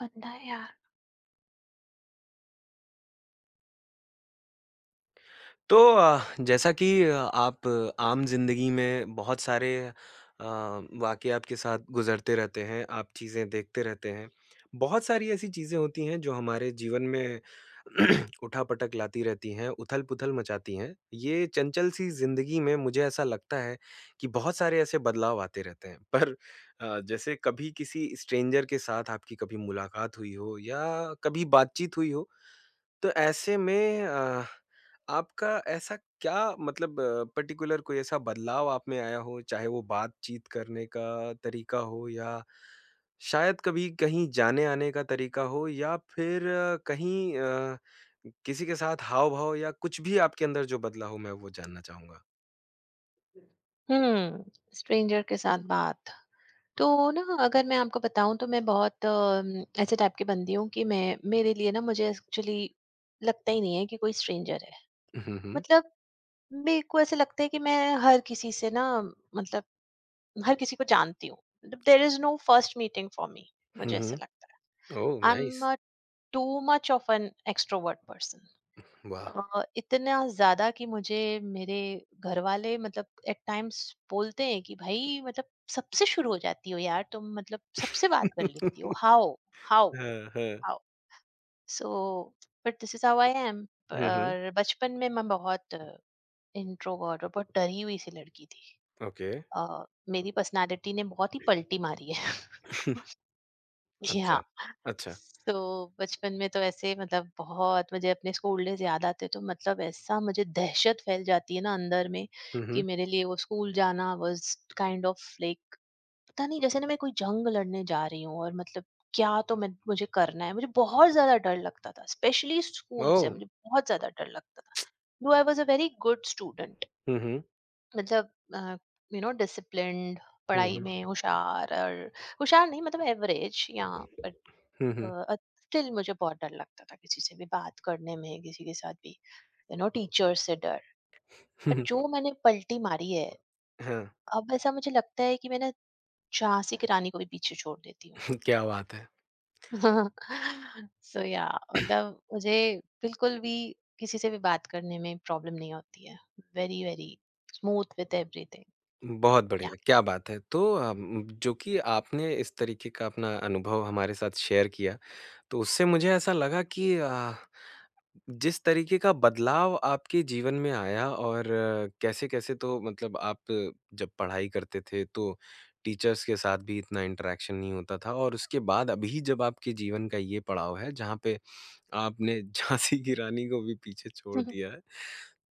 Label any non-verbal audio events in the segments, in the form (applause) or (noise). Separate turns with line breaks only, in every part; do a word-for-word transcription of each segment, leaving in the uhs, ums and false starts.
बंदा है यार।
तो अ, जैसा कि अ, आप आम ज़िंदगी में बहुत सारे अ, वाक़ियात के साथ गुज़रते रहते हैं, आप चीज़ें देखते रहते हैं। बहुत सारी ऐसी चीज़ें होती हैं जो हमारे जीवन में (clears throat) उठा-पटक लाती रहती हैं, उथल-पुथल मचाती हैं। ये चंचल-सी ज़िंदगी में मुझे ऐसा लगता है कि बहुत सारे ऐसे बदलाव आते रहते हैं। पर अ, जैसे कभी किसी स्ट्रेंजर के साथ आपकी कभी मुलाकात हुई हो या कभी बातचीत हुई हो, तो ऐसे में अ, आपका ऐसा क्या मतलब अ, पर्टिकुलर कोई ऐसा बदलाव आप में आया हो, चाहे वो बातचीत करने का तरीका हो या शायद कभी कहीं जाने-आने का तरीका हो या फिर अ, कहीं अ, किसी के साथ हाव-भाव या कुछ भी आपके अंदर जो बदला हो, मैं वो जानना चाहूँगा?
हम्म। स्ट्रेंजर के साथ बात तो ना, अगर मैं आपको बताऊं तो मैं बहुत अम, ऐसे टाइप की बंदी हूँ कि मैं मेरे लिए ना, मुझे एक्चुअली लगता ही नहीं है कि कोई स्ट्रेंजर है।
हुँ, हुँ।
मतलब मेरे को ऐसे लगता है कि मैं हर किसी से ना, मतलब हर किसी को जानती हूँ। There is no first meeting for me,
हुँ,
मुझे ऐसे
हुँ।
लगता है।
Oh!
I
nice.
Am too much of an extrovert person.
वाह!
अ, इतना ज़्यादा कि मुझे मेरे घरवाले मतलब एट टाइम्स बोलते हैं कि भाई मतलब सबसे शुरू हो जाती हो यार तुम, मतलब सबसे बात कर लेती हो।
(laughs)
हाउ हाउ
हाँ, हाँ।
How so but this is how I am.
हुँ, हुँ।
पर बचपन में मैं बहुत इंट्रोवर्ट और बहुत डरी हुई सी लड़की थी।
ओके।
अ, मेरी पर्सनालिटी ने बहुत ही पलटी मारी है (laughs)
(laughs)
जी
अच्छा।
हाँ।
अच्छा।
तो बचपन में तो ऐसे मतलब बहुत मुझे अपने स्कूल डेज याद आते, तो मतलब ऐसा मुझे दहशत फैल जाती है ना अंदर में
हुँ,
कि
हुँ।
मेरे लिए वो स्कूल जाना वाज काइंड ऑफ लाइक पता नहीं, जैसे ना मैं कोई जंग लड़ने जा रही हूँ। और मतलब क्या तो मैं मुझे करना है, मुझे बहुत ज्यादा डर लगता था, स्पेशली स्कूल
ओह!
से मुझे बहुत ज्यादा डर लगता था। Though I was a very good student.
हुँ, हुँ।
मतलब यू नो डिसिप्लिन्ड,
हुँ,
पढ़ाई
हुँ।
में होशियार, और होशियार नहीं मतलब एवरेज या,
हुँ,
स्टिल मुझे बहुत डर लगता था किसी से भी बात करने में, किसी के साथ भी, यू नो टीचर से डर। पर
हुँ।
जो मैंने पलटी मारी है,
हाँ,
अब ऐसा मुझे लगता है कि मैं ना झांसी की रानी को भी पीछे छोड़ देती हूँ।
(laughs) क्या बात है!
(laughs) सो या, मतलब मुझे बिल्कुल भी किसी से भी बात करने में प्रॉब्लम नहीं होती है। Very very smooth with everything.
बहुत
या।
बढ़िया, क्या बात है! तो अ, जो कि आपने इस तरीके का अपना अनुभव हमारे साथ शेयर किया, तो उससे मुझे ऐसा लगा कि अ, जिस तरीके का बदलाव आपके जीवन में आया और कैसे-कैसे तो मतलब आप जब पढ़ाई करते थे, तो टीचर्स के साथ भी इतना इंटरैक्शन नहीं होता था और उसके बाद अभी जब आपके जीवन का ये पड़ाव है, जहाँ पे आपने (laughs) झाँसी की रानी को भी पीछे छोड़ दिया
(laughs)
है।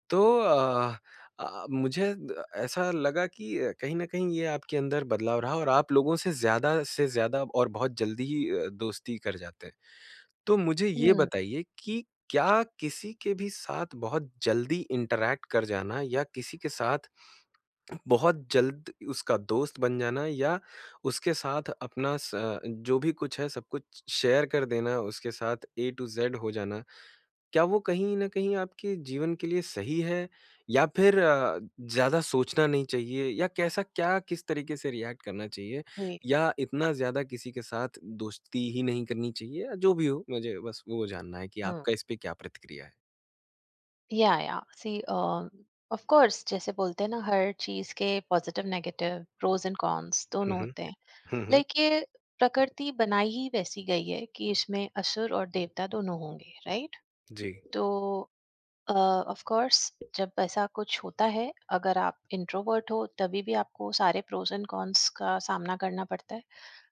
तो अ अ, मुझे द ऐसा लगा कि अ, कहीं न कहीं ये आपके अंदर बदलाव रहा और आप लोगों से ज़्यादा से ज़्यादा और बहुत जल्दी ही अ, दोस्ती कर जाते हैं। तो मुझे ये
हम्म।
बताइए कि क्या किसी के भी साथ बहुत जल्दी इंटरैक्ट कर जाना या किसी के साथ बहुत जल्द उसका दोस्त बन जाना या उसके साथ अपना स जो भी कुछ है सब कुछ शेयर कर देना, उसके साथ ए टू ज़ेड हो जाना, क्या वो कहीं न कहीं आपके जीवन के लिए सही है या फिर अ, ज़्यादा सोचना नहीं चाहिए या कैसा क्या किस तरीके से रिएक्ट करना चाहिए
जी।
या इतना ज़्यादा किसी के साथ दोस्ती ही नहीं करनी चाहिए या जो भी हो, मुझे बस वो जानना है कि
हम्म।
आपका इस पे क्या प्रतिक्रिया है?
या या सी, ऑफ कोर्स जैसे बोलते हैं ना, हर चीज के positive negative, pros and cons
हुँ,
दोनों
हुँ।
होते हैं।
हुँ, हुँ।
लाइक ये प्रकृति बनाई ही वैसी गई है कि इसमें असुर और देवता दोनों होंगे, राइट।
जी।
तो ऑफ कोर्स जब ऐसा कुछ होता है, अगर आप इंट्रोवर्ट हो तभी भी आपको सारे प्रोज एंड कॉन्स का सामना करना पड़ता है,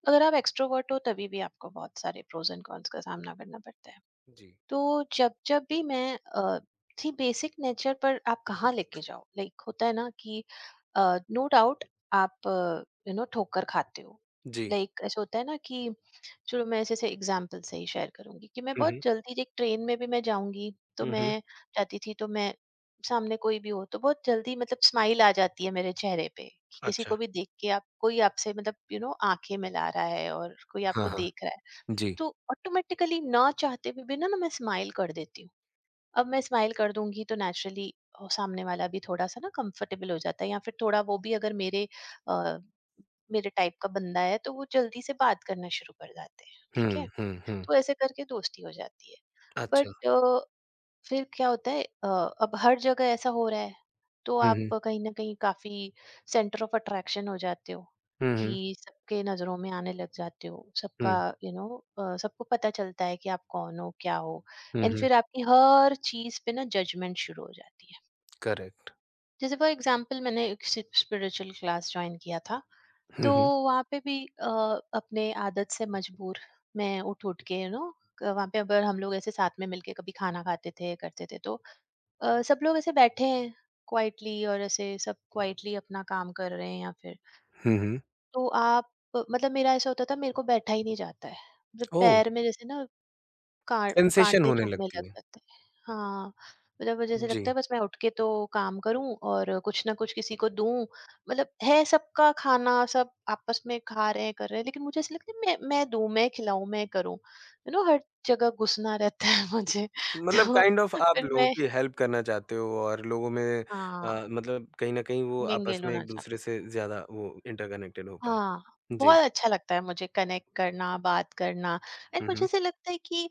अगर आप एक्सट्रोवर्ट हो तभी भी आपको बहुत सारे प्रोज एंड कॉन्स का सामना करना पड़ता है।
जी,
तो जब जब भी मैं अ, थी बेसिक नेचर पर आप कहाँ लेके जाओ, लाइक होता है ना कि नो डाउट आप यू नो ठोकर खाते हो।
जी।
लाइक ऐसा होता है ना कि चलो मैं ऐसे से एग्जाम्पल से ही शेयर करूंगी कि मैं
हुँ,
बहुत
हुँ।
जल्दी, एक ट्रेन में भी मैं जाऊंगी तो
हुँ, हुँ।
मैं जाती थी तो मैं, सामने कोई भी हो तो बहुत जल्दी मतलब स्माइल आ जाती है मेरे चेहरे पे कि किसी
अच्छा।
को भी देख के, आप कोई आपसे मतलब यू नो आंखें मिला रहा है और कोई
हाँ,
आपको
हाँ।
देख रहा है।
जी।
तो ऑटोमेटिकली ना चाहते हुए भी ना ना मैं स्माइल कर देती हूँ। अब मैं स्माइल कर दूंगी तो नेचुरली सामने वाला भी थोड़ा सा ना कंफर्टेबल हो जाता है, या फिर थोड़ा वो भी अगर मेरे अ, मेरे टाइप का बंदा है तो वो जल्दी से बात करना शुरू कर जाते हैं,
हुँ,
ठीक है।
हुँ, हुँ।
तो ऐसे करके दोस्ती हो जाती है।
अच्छा।
बट फिर क्या होता है अ, अब हर जगह ऐसा हो रहा है तो
हुँ,
आप
हुँ।
कहीं ना कहीं काफी सेंटर ऑफ अट्रैक्शन हो जाते हो
हुँ,
कि
हुँ।
सबके नजरों में आने लग जाते हो,
हुँ,
सबका यू you नो सबको पता चलता है कि आप कौन हो क्या हो।
हुँ,
एंड
हुँ।
फिर आपकी हर चीज पे ना जजमेंट शुरू हो जाती है।
करेक्ट।
जैसे फॉर एग्जांपल, मैंने एक स्पिरिचुअल क्लास ज्वाइन किया था।
हुँ,
तो
हुँ।
वहाँ पे भी अ, अपने आदत से मजबूर मैं उठ उठ के, यू नो वहाँ पे अगर हम लोग ऐसे साथ में मिलके कभी खाना खाते थे करते थे, तो अ, सब लोग ऐसे बैठे हैं क्वाइटली, और ऐसे सब क्वाइटली अपना काम कर रहे हैं या फिर,
हुँ, हुँ।
तो आप मतलब मेरा ऐसा होता था, मेरे को बैठा ही नहीं जाता है। मतलब
ओह!
पैर में जैसे ना कां वो
सेंसेशन
कांटे
होने
चुभने लग
लगती है।
जाते हैं। हाँ, मतलब मुझे ऐसे
जी।
लगता है बस मैं उठ के तो काम करूं और कुछ ना कुछ किसी को दूं। मतलब है, सबका खाना सब आपस में खा रहे हैं कर रहे हैं, लेकिन मुझे ऐसा लगता है मैं मैं दूं, मैं खिलाऊं, मैं करूं, यू नो हर जगह घुसना रहता है मुझे। (laughs)
मतलब
तो
काइंड ऑफ़ आप
फिर
लोगों
मैं,
की हेल्प करना चाहते हो और लोगों में
हाँ
अ, मतलब कहीं न कहीं वो
Bengaluru,
आपस
no
में
Bengeloनाचा.
एक-दूसरे से ज़्यादा वो इंटरकनेक्टेड हो पाएँ।
हाँ,
जी।
बहुत अच्छा लगता है मुझे कनेक्ट करना, बात करना। एंड
हुँ,
मुझे
हुँ।
ऐसा लगता है कि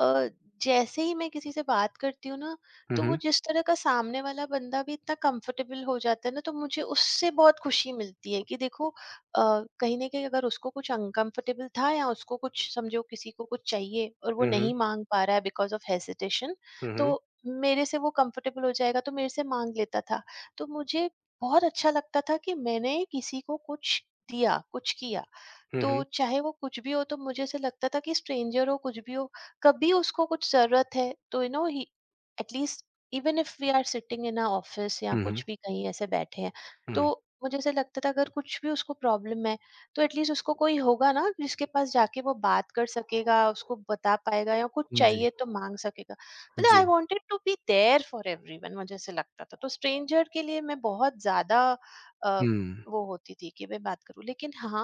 अ, जैसे ही मैं किसी से बात करती हूँ ना,
हुँ,
तो वो
हुँ।
जिस तरह का सामने वाला बंदा भी इतना कंफर्टेबल हो जाता है ना, तो मुझे उससे बहुत खुशी मिलती है कि देखो अ, कहीं न कहीं अगर उसको कुछ अनकंफर्टेबल था या उसको कुछ समझो, किसी को कुछ चाहिए और वो
हुँ, हुँ।
नहीं माँग पा रहा है बिकॉज़ ऑफ हेसिटेशन,
हुँ, हुँ।
तो मेरे से वो कंफर्टेबल हो जाएगा, तो मेरे से माँग लेता था। तो मुझे बहुत अच्छा लगता था कि मैंने किसी को कुछ दिया, कुछ किया,
हुँ,
तो
हुँ।
चाहे वो कुछ भी हो, तो मुझे ऐसे लगता था कि स्ट्रेंजर हो, कुछ भी हो, कभी उसको कुछ ज़रूरत है तो यू नो ही at least, even if we are sitting in a office या
हुँ, हुँ।
कुछ भी कहीं ऐसे बैठे हैं,
हुँ,
तो मुझे ऐसे लगता था अगर कुछ भी उसको प्रॉब्लम है, तो एटलीस्ट उसको कोई होगा ना जिसके पास जाके वो बात कर सकेगा, उसको बता पाएगा या कुछ
हुँ। जी,
चाहिए तो माँग सकेगा। मतलब
जी।
I wanted to be there for everyone, मुझे ऐसे लगता था। तो स्ट्रेंजर के लिए मैं बहुत ज़्यादा अ,
हुँ।
वो होती थी कि मैं बात करूं, लेकिन हाँ,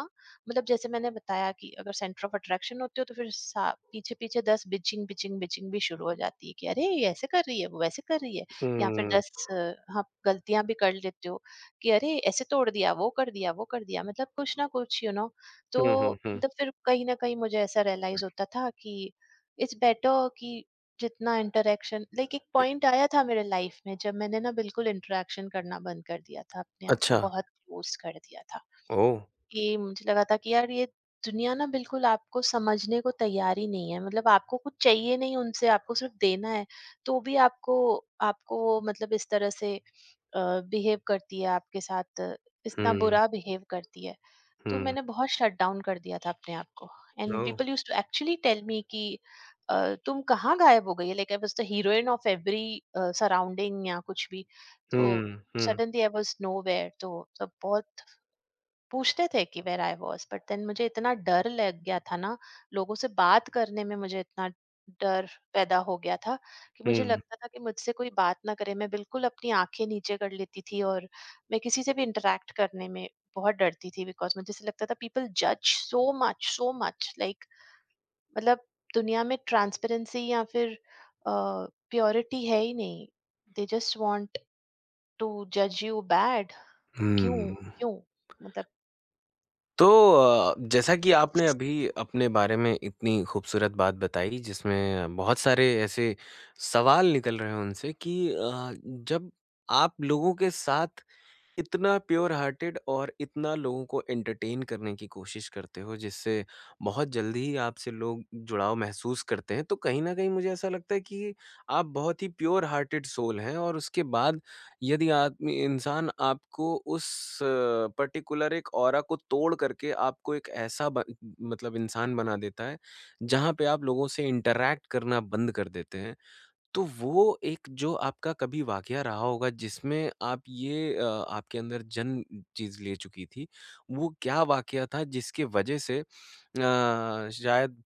मतलब जैसे मैंने बताया कि अगर सेंटर ऑफ अट्रैक्शन होते हो तो फिर सा- पीछे पीछे दस बिचिंग बिचिंग बिचिंग भी शुरू हो जाती है कि अरे ये ऐसे कर रही है, वो वैसे कर रही है, या फिर
हुँ।
दस अ, हाँ गलतियां भी कर लेते हो कि अरे ऐसे तोड़ दिया, वो कर दिया, वो कर दिया, मतलब कुछ ना कुछ यू नो। तो
हुँ, हुँ, हुँ।
मतलब फिर कहीं ना कहीं मुझे ऐसा रियलाइज होता था कि इट्स बेटर कि जितना इंटरेक्शन, लाइक एक पॉइंट आया था मेरे लाइफ में जब मैंने ना बिल्कुल इंटरेक्शन करना बंद कर दिया था, अपने आप को
अच्छा।
बहुत क्लोज कर दिया था।
ओह!
कि मुझे लगा था कि यार ये दुनिया ना बिल्कुल आपको समझने को तैयार ही नहीं है, मतलब आपको कुछ चाहिए नहीं उनसे, आपको सिर्फ देना है तो भी आपको, आपको वो मतलब इस तरह से बिहेव करती है आपके साथ, अ, इतना
हुँ,
बुरा बिहेव करती है। तो
हुँ।
मैंने बहुत शट डाउन कर दिया था अपने आप को। And
oh!
People use to actually tell me कि अ, तुम कहाँ गायब हो गई है, like I was the heroine of every surrounding या कुछ भी। तो
हुँ, हुँ,
suddenly I was nowhere, तो सब बहुत पूछते थे कि where I was, but then मुझे इतना डर लग गया था ना लोगों से बात करने में, मुझे इतना डर पैदा हो गया था कि मुझे
हुँ,
लगता था कि मुझसे कोई बात ना करे, मैं बिल्कुल अपनी आंखें नीचे कर लेती थी, और मैं किसी से भी इंटरेक्ट करने में बहुत डरती थी बिकॉज मुझे से लगता था पीपल जज so much so much, like मतलब दुनिया में ट्रांसपेरेंसी या फिर प्योरिटी है ही नहीं। दे जस्ट वांट टू जज यू बैड। क्यों,
हुँ।
क्यों, मतलब
तो अ, जैसा कि आपने
yes.
अभी अपने बारे में इतनी खूबसूरत बात बताई जिसमें बहुत सारे ऐसे सवाल निकल रहे हैं उनसे कि अ, जब आप लोगों के साथ इतना प्योर हार्टेड और इतना लोगों को एंटरटेन करने की कोशिश करते हो जिससे बहुत जल्दी ही आपसे लोग जुड़ाव महसूस करते हैं। तो कहीं न कहीं मुझे ऐसा लगता है कि आप बहुत ही प्योर हार्टेड सोल हैं और उसके बाद यदि आदमी इंसान आपको उस पर्टिकुलर एक ऑरा को तोड़ करके आपको एक ऐसा ब मतलब इंसान बना देता है, जहाँ पे आप लोगों से इंटरैक्ट करना बंद कर देते हैं। तो वो एक जो आपका कभी वाकया रहा होगा जिसमें आप ये अ, आपके अंदर जन्म चीज़ ले चुकी थी, वो क्या वाकया था जिसके वजह से अ, शायद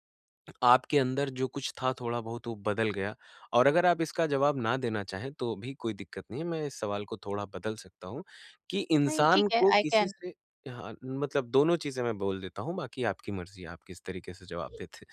आपके अंदर जो कुछ था थोड़ा-बहुत वो बदल गया और अगर आप इसका जवाब ना देना चाहें तो भी कोई दिक्कत नहीं है, मैं इस सवाल को थोड़ा बदल सकता हूँ कि
नहीं, ठीक
इंसान
आहे.
को
आय
किसी
कॅन.
से हाँ, मतलब दोनों चीज़ें मैं बोल देता हूँ, बाकी आपकी मर्ज़ी है आप किस तरीके से जवाब देते हैं।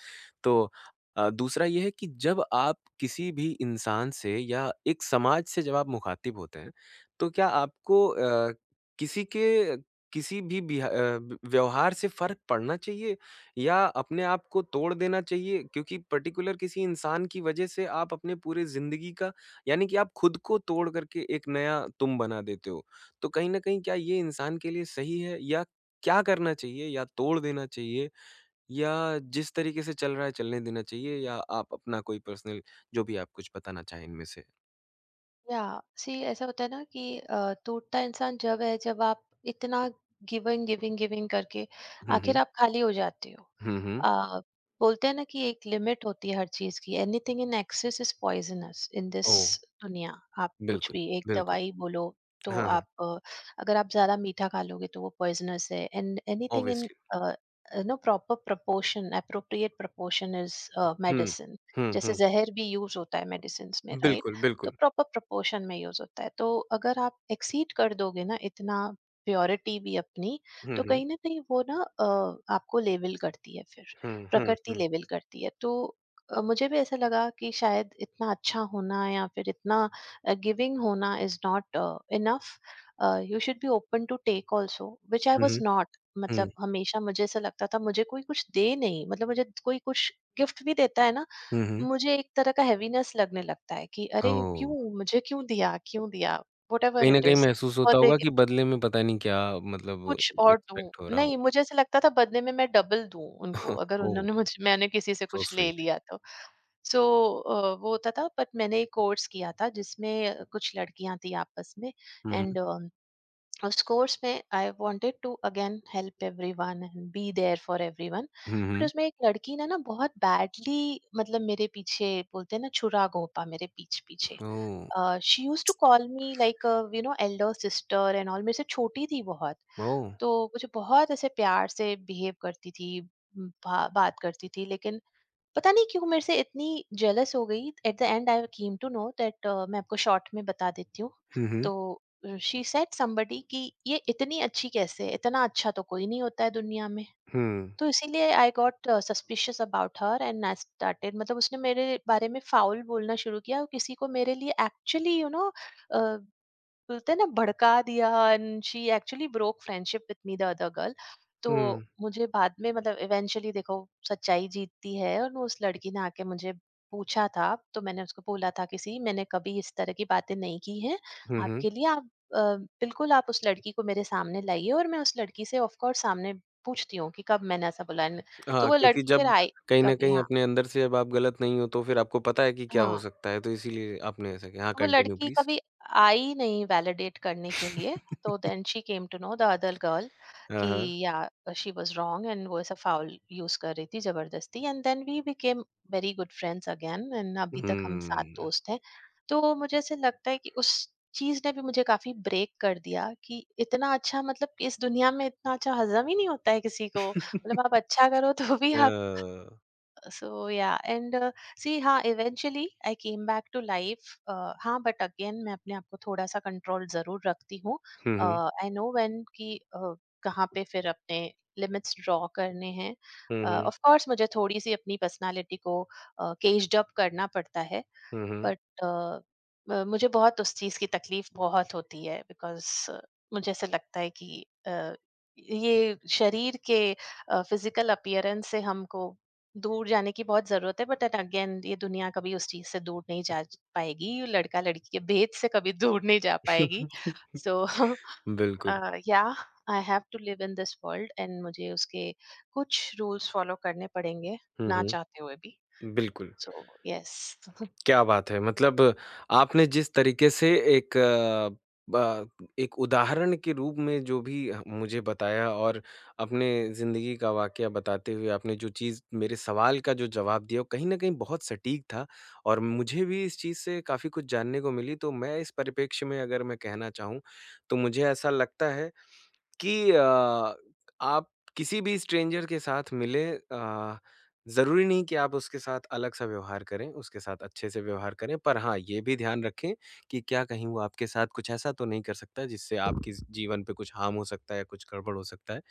तो अ, दूसरा ये है कि जब आप किसी भी इंसान से या एक समाज से जब आप मुखातिब होते हैं, तो क्या आपको अ, किसी के किसी भी बिहा अ, व्यवहार से फ़र्क पड़ना चाहिए? या अपने आप को तोड़ देना चाहिए क्योंकि पर्टिकुलर किसी इंसान की वजह से आप अपने पूरे ज़िंदगी का यानी कि आप खुद को तोड़ करके एक नया तुम बना देते हो। तो कहीं न कहीं क्या ये इंसान के लिए सही है या क्या करना चाहिए या तोड़ देना चाहिए या जिस तरीके से चल रहा है चलने देना चाहिए या आप अपना कोई पर्सनल जो भी आप कुछ बताना चाहें इनमें से?
या सी ऐसा होता है ना कि अ, टूटता इंसान जब है, जब आप इतना गिविंग गिविंग गिविंग करके
हुँ,
आखिर
हुँ।
आप खाली हो जाते हो।
हुँ, हुँ।
आ, बोलते हैं ना कि एक लिमिट होती है हर चीज की, anything in excess is poisonous in this
oh!
दुनिया। आप कुछ
बिल्कुल,
भी एक
बिल्कुल।
दवाई बोलो, तो
हाँ, हाँ।
आप अ, अगर आप ज्यादा मीठा खा लोगे तो वो पॉइजनस है। And anything in
obviously.
No proper proportion, appropriate proportion is
हुँ।
मेडिसिन।
हुँ,
जैसे
हुँ।
जहर भी यूज होता है मेडिसिन में, राइट,
बिल्कुल,
तो
बिल्कुल।
प्रॉपर प्रोपोर्शन में यूज होता है। तो अगर आप एक्सीड कर दोगे ना इतना, प्योरिटी भी अपनी,
हुँ,
तो
हुँ।
कहीं ना कहीं वो ना अ, आपको लेवल करती है फिर,
हुँ, हुँ,
प्रकृति
हुँ।
लेवल करती है। तो अ, मुझे भी ऐसा लगा कि शायद इतना अच्छा होना या फिर इतना गिविंग होना is not enough, you should be open to take also which I
हुँ,
वॉज
हुँ।
नॉट।
हुँ।
मतलब हमेशा मुझे ऐसा लगता था मुझे कोई कुछ दे नहीं, मतलब मुझे कोई कुछ गिफ्ट भी देता है ना,
हुँ, हुँ।
मुझे एक तरह का हेवीनेस लगने लगता है कि अरे,
ओह!
क्यों मुझे क्यों दिया क्यों दिया। व्हाटएवर
कहीं न
इट
कहीं
इज
महसूस होता
बर्थडे
होगा कि
गिफ्ट,
बदले में पता नहीं क्या मतलब
कुछ और दूं।
एक्सपेक्ट हो रहा हो।
नहीं, मुझे ऐसा लगता था बदले में मैं डबल दूं उनको,
(laughs)
अगर
ओह!
उन्होंने मुझे, मैंने किसी से
सो
कुछ ले
स्वीट।
लिया तो। सो वो होता था। बट मैंने एक कोर्स किया था जिसमें कुछ लड़कियां थी आपस में।
हुँ, हुँ।
एंड उस कोर्स में I wanted to again help everyone and be there for everyone.
हुँ,
बट
हुँ।
उसमें एक लड़की ने ना बहुत बैडली, मतलब मेरे पीछे, बोलते हैं ना, छुरा घोंपा मेरे पीछ पीछे।
Oh!
She use to call me like you know elder sister and all, मेरे से छोटी थी बहुत।
ओह!
तो मुझे बहुत ऐसे प्यार से बिहेव करती थी, म, बा, बात करती थी लेकिन पता नहीं क्यों मेरे से इतनी जेलस हो गई। At the end I came to know that, मैं आपको शॉर्ट में बता देती हूँ।
हुँ, हुँ।
तो शी सेड somebody कि ये इतनी अच्छी कैसे है, इतना अच्छा तो कोई नहीं होता है दुनिया में।
हुँ।
तो इसीलिए I got suspicious about her and I started, मतलब उसने मेरे बारे में फाउल बोलना शुरू किया, और किसी को मेरे लिए एक्चुअली यू नो बोलते हैं ना भड़का दिया। And she actually broke friendship with me the other girl. तो
हुँ।
मुझे बाद में, मतलब इवेंचुअली देखो सच्चाई जीतती है, और वो उस लड़की ने आके मुझे पूछा था, तो मैंने उसको बोला था किसी, मैंने कभी इस तरह की बातें नहीं की हैं
हुँ, हुँ।
आपके लिए। आप अ, बिल्कुल आप उस लड़की को मेरे सामने लाइए और मैं उस लड़की से ऑफ कोर्स सामने पूछती हूँ कि कब मैंने ऐसा बोला है। तो
हाँ,
वो
क्योंकि
लड़की फिर
जब
आई
कहीं न
कभी,
कहीं
हाँ।
अपने अंदर से जब आप गलत नहीं हो तो फिर आपको पता है कि क्या हो
हाँ।
सकता है, तो इसीलिए आपने ऐसा किया। हाँ,
वो
कंटिन्यू
लड़की
प्लीज़।
कभी आई नहीं वैलिडेट करने के लिए। तो then she came to know the other girl
हाँ,
कि,
हाँ।
या, शी वाज रॉन्ग एंड वो ऐसा फाउल यूज कर रही थी जबरदस्ती। And then we became very good friends again, and अभी तक हम सात
हम्म।
दोस्त हैं। तो मुझे ऐसे लगता है कि उस चीज ने भी मुझे काफी ब्रेक कर दिया कि इतना अच्छा, मतलब इस दुनिया में इतना अच्छा हजम ही नहीं होता है किसी को, मतलब आप अच्छा करो तो भी।
अ,
so yeah and uh, see हाँ eventually I came back to life uh, हाँ but again मैं अपने आप को थोड़ा सा कंट्रोल जरूर रखती हूँ।
हुँ, हुँ।
uh, I know when कि uh, कहाँ पे फिर अपने लिमिट्स ड्रॉ करने हैं।
हुँ, हुँ।
ऑफ कोर्स मुझे थोड़ी सी अपनी पर्सनालिटी को केज्ड अप करना पड़ता है।
हुँ, हुँ।
बट अ, म मुझे बहुत उस चीज़ की तकलीफ़ बहुत होती है बिकॉज़ मुझे ऐसा लगता है कि अ, ये शरीर के अ, फ़िज़िकल अपीयरेंस से हमको दूर जाने की बहुत ज़रूरत है, बट एट अगेन ये दुनिया कभी उस चीज़ से दूर नहीं जा पाएगी, लड़का-लड़की के भेद से कभी दूर नहीं जा पाएगी।
(laughs)
सो (laughs)
बिल्कुल।
अ, yeah I have to live in this world and (laughs) मुझे उसके कुछ रूल्स फ़ॉलो करने पड़ेंगे,
हुँ,
ना
हुँ।
चाहते हुए भी।
बिल्कुल।
So yes.
क्या बात है! मतलब आपने जिस तरीके से एक अ, ब एक उदाहरण के रूप में जो भी ह मुझे बताया और अपने ज़िंदगी का वाक़या बताते हुए आपने जो चीज़ मेरे सवाल का जो जवाब दिया, वो कहीं न कहीं बहुत सटीक था और मुझे भी इस चीज़ से काफ़ी कुछ जानने को मिली। तो मैं इस परिप्रेक्ष्य में अगर मैं कहना चाहूँ, तो मुझे ऐसा लगता है कि अ, आप किसी भी स्ट्रेंजर के साथ मिले अ, ज़रूरी नहीं कि आप उसके साथ अलग-सा व्यवहार करें, उसके साथ अच्छे से व्यवहार करें। पर हाँ, ये भी ध्यान रखें कि क्या कहीं वो आपके साथ कुछ ऐसा तो नहीं कर सकता जिससे आपके ज़ जीवन पे कुछ हार्म हो सकता है या कुछ गड़बड़ हो सकता है।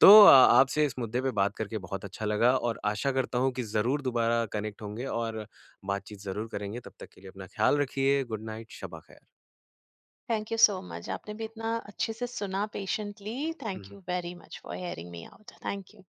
तो अ, आपसे इस मुद्दे पे बात करके बहुत अच्छा लगा और आशा करता हूँ कि ज़रूर दोबारा कनेक्ट होंगे और बातचीत ज़रूर करेंगे। तब तक के लिए अपना ख़्याल रखिए। गुड नाइट, शब अ ख़ैर।
थैंक यू सो मच, आपने भी इतना अच्छे से सुना patiently, thank you very much for hearing me out, thank you.